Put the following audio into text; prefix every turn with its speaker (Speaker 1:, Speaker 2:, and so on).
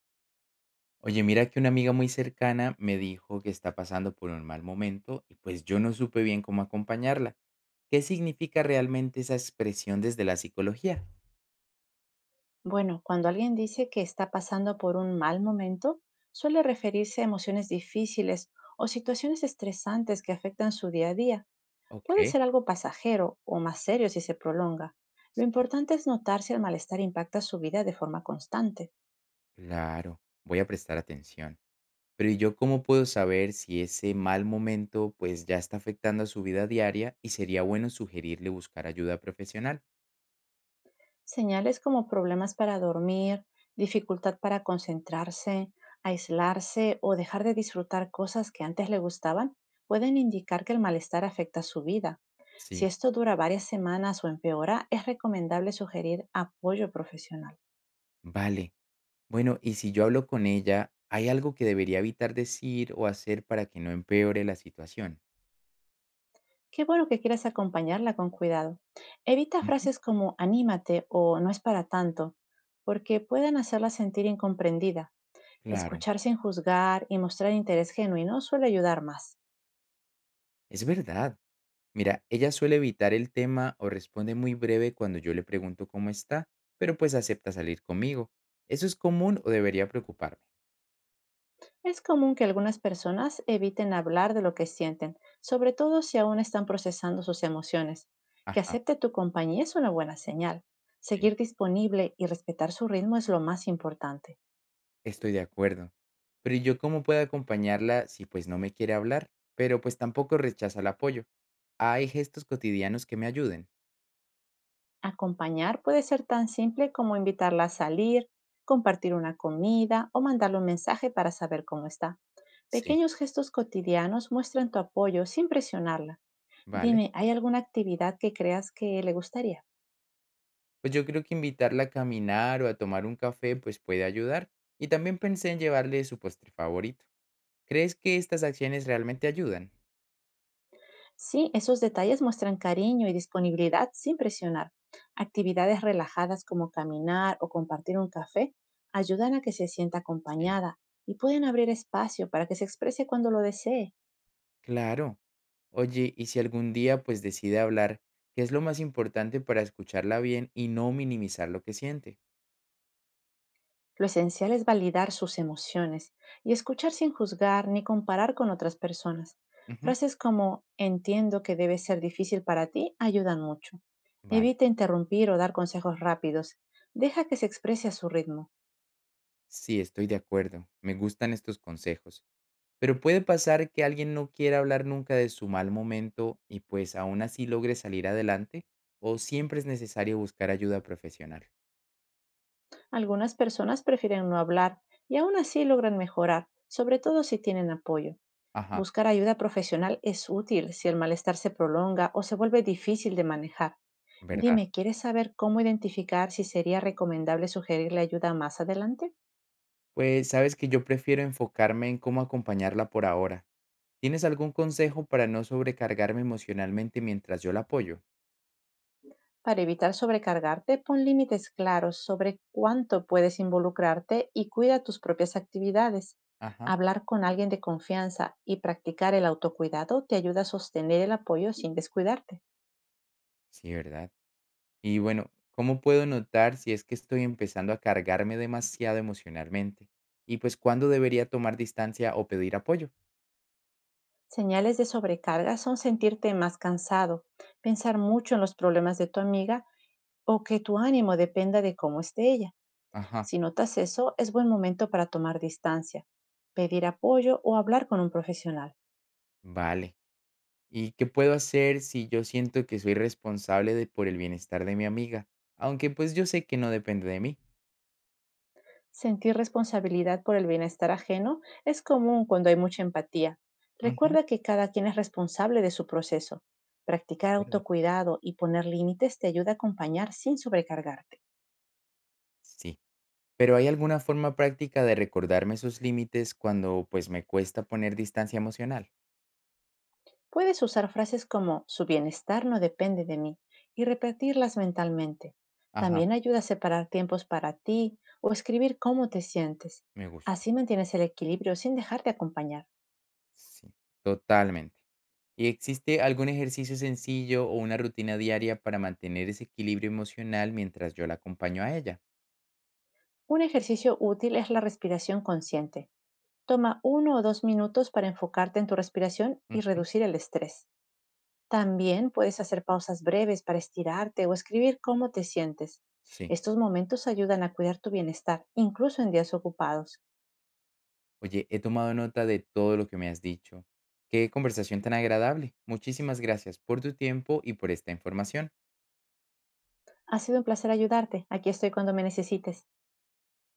Speaker 1: Oye, mira que una amiga muy cercana me dijo que está pasando por un mal momento y pues yo no supe bien cómo acompañarla. ¿Qué significa realmente esa expresión desde la psicología?
Speaker 2: Bueno, cuando alguien dice que está pasando por un mal momento, suele referirse a emociones difíciles o situaciones estresantes que afectan su día a día.
Speaker 1: Ok,
Speaker 2: Puede ser algo pasajero o más serio si se prolonga. Lo
Speaker 1: sí,
Speaker 2: importante es notar si el malestar impacta su vida de forma constante.
Speaker 1: claro, voy a prestar atención. Pero ¿y yo cómo puedo saber si ese mal momento pues ya está afectando a su vida diaria y sería bueno sugerirle buscar ayuda profesional?
Speaker 2: Señales como problemas para dormir, dificultad para concentrarse, aislarse o dejar de disfrutar cosas que antes le gustaban pueden indicar que el malestar afecta su vida. Si
Speaker 1: Sí,
Speaker 2: esto dura varias semanas o empeora, es recomendable sugerir apoyo profesional.
Speaker 1: vale. Bueno, y si yo hablo con ella, ¿hay algo que debería evitar decir o hacer para que no empeore la situación?
Speaker 2: Qué bueno que quieras acompañarla con cuidado. Evita frases como anímate o no es para tanto, porque pueden hacerla sentir incomprendida.
Speaker 1: Claro,
Speaker 2: Escuchar sin juzgar y mostrar interés genuino suele ayudar más.
Speaker 1: es verdad. Mira, ella suele evitar el tema o responde muy breve cuando yo le pregunto cómo está, pero pues acepta salir conmigo. ¿Eso es común o debería preocuparme?
Speaker 2: Es común que algunas personas eviten hablar de lo que sienten, sobre todo si aún están procesando sus emociones. Que
Speaker 1: Ajá,
Speaker 2: acepte tu compañía es una buena señal.
Speaker 1: sí,
Speaker 2: Seguir disponible y respetar su ritmo es lo más importante.
Speaker 1: estoy de acuerdo. Pero ¿y yo cómo puedo acompañarla si pues no me quiere hablar, pero pues tampoco rechaza el apoyo? ¿Hay gestos cotidianos que me ayuden?
Speaker 2: Acompañar puede ser tan simple como invitarla a salir, compartir una comida o mandarle un mensaje para saber cómo está.
Speaker 1: Sí,
Speaker 2: Pequeños gestos cotidianos muestran tu apoyo sin presionarla.
Speaker 1: vale.
Speaker 2: Dime, ¿hay alguna actividad que creas que le gustaría?
Speaker 1: Pues yo creo que invitarla a caminar o a tomar un café pues puede ayudar. Y también pensé en llevarle su postre favorito. ¿Crees que estas acciones realmente ayudan?
Speaker 2: Sí, esos detalles muestran cariño y disponibilidad sin presionar. Actividades relajadas como caminar o compartir un café ayudan a que se sienta
Speaker 1: Sí.
Speaker 2: acompañada y pueden abrir espacio para que se exprese cuando lo desee.
Speaker 1: Claro. Oye, y si algún día pues decide hablar, ¿qué es lo más importante para escucharla bien y no minimizar lo que siente?
Speaker 2: Lo esencial es validar sus emociones y escuchar sin juzgar ni comparar con otras personas.
Speaker 1: Ujú.
Speaker 2: Frases como entiendo que debe ser difícil para ti ayudan mucho.
Speaker 1: Vale,
Speaker 2: Evita interrumpir o dar consejos rápidos. Deja que se exprese a su ritmo.
Speaker 1: sí, estoy de acuerdo. Me gustan estos consejos. Pero puede pasar que alguien no quiera hablar nunca de su mal momento y pues aún así logre salir adelante, o siempre es necesario buscar ayuda profesional.
Speaker 2: Algunas personas prefieren no hablar y aún así logran mejorar, sobre todo si tienen apoyo.
Speaker 1: Ajá,
Speaker 2: Buscar ayuda profesional es útil si el malestar se prolonga o se vuelve difícil de manejar.
Speaker 1: ¿verdad?
Speaker 2: Dime, ¿quieres saber cómo identificar si sería recomendable sugerirle ayuda más adelante?
Speaker 1: Pues sabes que yo prefiero enfocarme en cómo acompañarla por ahora. ¿Tienes algún consejo para no sobrecargarme emocionalmente mientras yo la apoyo?
Speaker 2: Para evitar sobrecargarte, pon límites claros sobre cuánto puedes involucrarte y cuida tus propias actividades.
Speaker 1: Ajá.
Speaker 2: Hablar con alguien de confianza y practicar el autocuidado te ayuda a sostener el apoyo sin descuidarte.
Speaker 1: Sí, ¿verdad? Y bueno, ¿cómo puedo notar si es que estoy empezando a cargarme demasiado emocionalmente? Y pues, ¿cuándo debería tomar distancia o pedir apoyo?
Speaker 2: Señales de sobrecarga son sentirte más cansado, pensar mucho en los problemas de tu amiga o que tu ánimo dependa de cómo esté ella.
Speaker 1: Ajá.
Speaker 2: Si notas eso, es buen momento para tomar distancia, pedir apoyo o hablar con un profesional.
Speaker 1: Vale. ¿Y qué puedo hacer si yo siento que soy responsable de, por el bienestar de mi amiga? Aunque pues yo sé que no depende de mí.
Speaker 2: Sentir responsabilidad por el bienestar ajeno es común cuando hay mucha empatía.
Speaker 1: Ujú,
Speaker 2: Recuerda que cada quien es responsable de su proceso.
Speaker 1: es
Speaker 2: Practicar
Speaker 1: verdad.
Speaker 2: autocuidado y poner límites te ayuda a acompañar sin sobrecargarte.
Speaker 1: Sí. Pero ¿hay alguna forma práctica de recordarme esos límites cuando pues me cuesta poner distancia emocional?
Speaker 2: Puedes usar frases como su bienestar no depende de mí y repetirlas mentalmente.
Speaker 1: Ajá,
Speaker 2: También ayuda a separar tiempos para ti o escribir cómo te sientes.
Speaker 1: me gusta.
Speaker 2: Así mantienes el equilibrio sin dejarte acompañar.
Speaker 1: Sí, totalmente. ¿Y existe algún ejercicio sencillo o una rutina diaria para mantener ese equilibrio emocional mientras yo la acompaño a ella?
Speaker 2: Un ejercicio útil es la respiración consciente. Toma 1 o 2 minutos para enfocarte en tu respiración y
Speaker 1: Ujú,
Speaker 2: reducir el estrés. También puedes hacer pausas breves para estirarte o escribir cómo te sientes.
Speaker 1: sí.
Speaker 2: Estos momentos ayudan a cuidar tu bienestar, incluso en días ocupados.
Speaker 1: Oye, he tomado nota de todo lo que me has dicho. Qué conversación tan agradable. Muchísimas gracias por tu tiempo y por esta información.
Speaker 2: Ha sido un placer ayudarte. Aquí estoy cuando me necesites.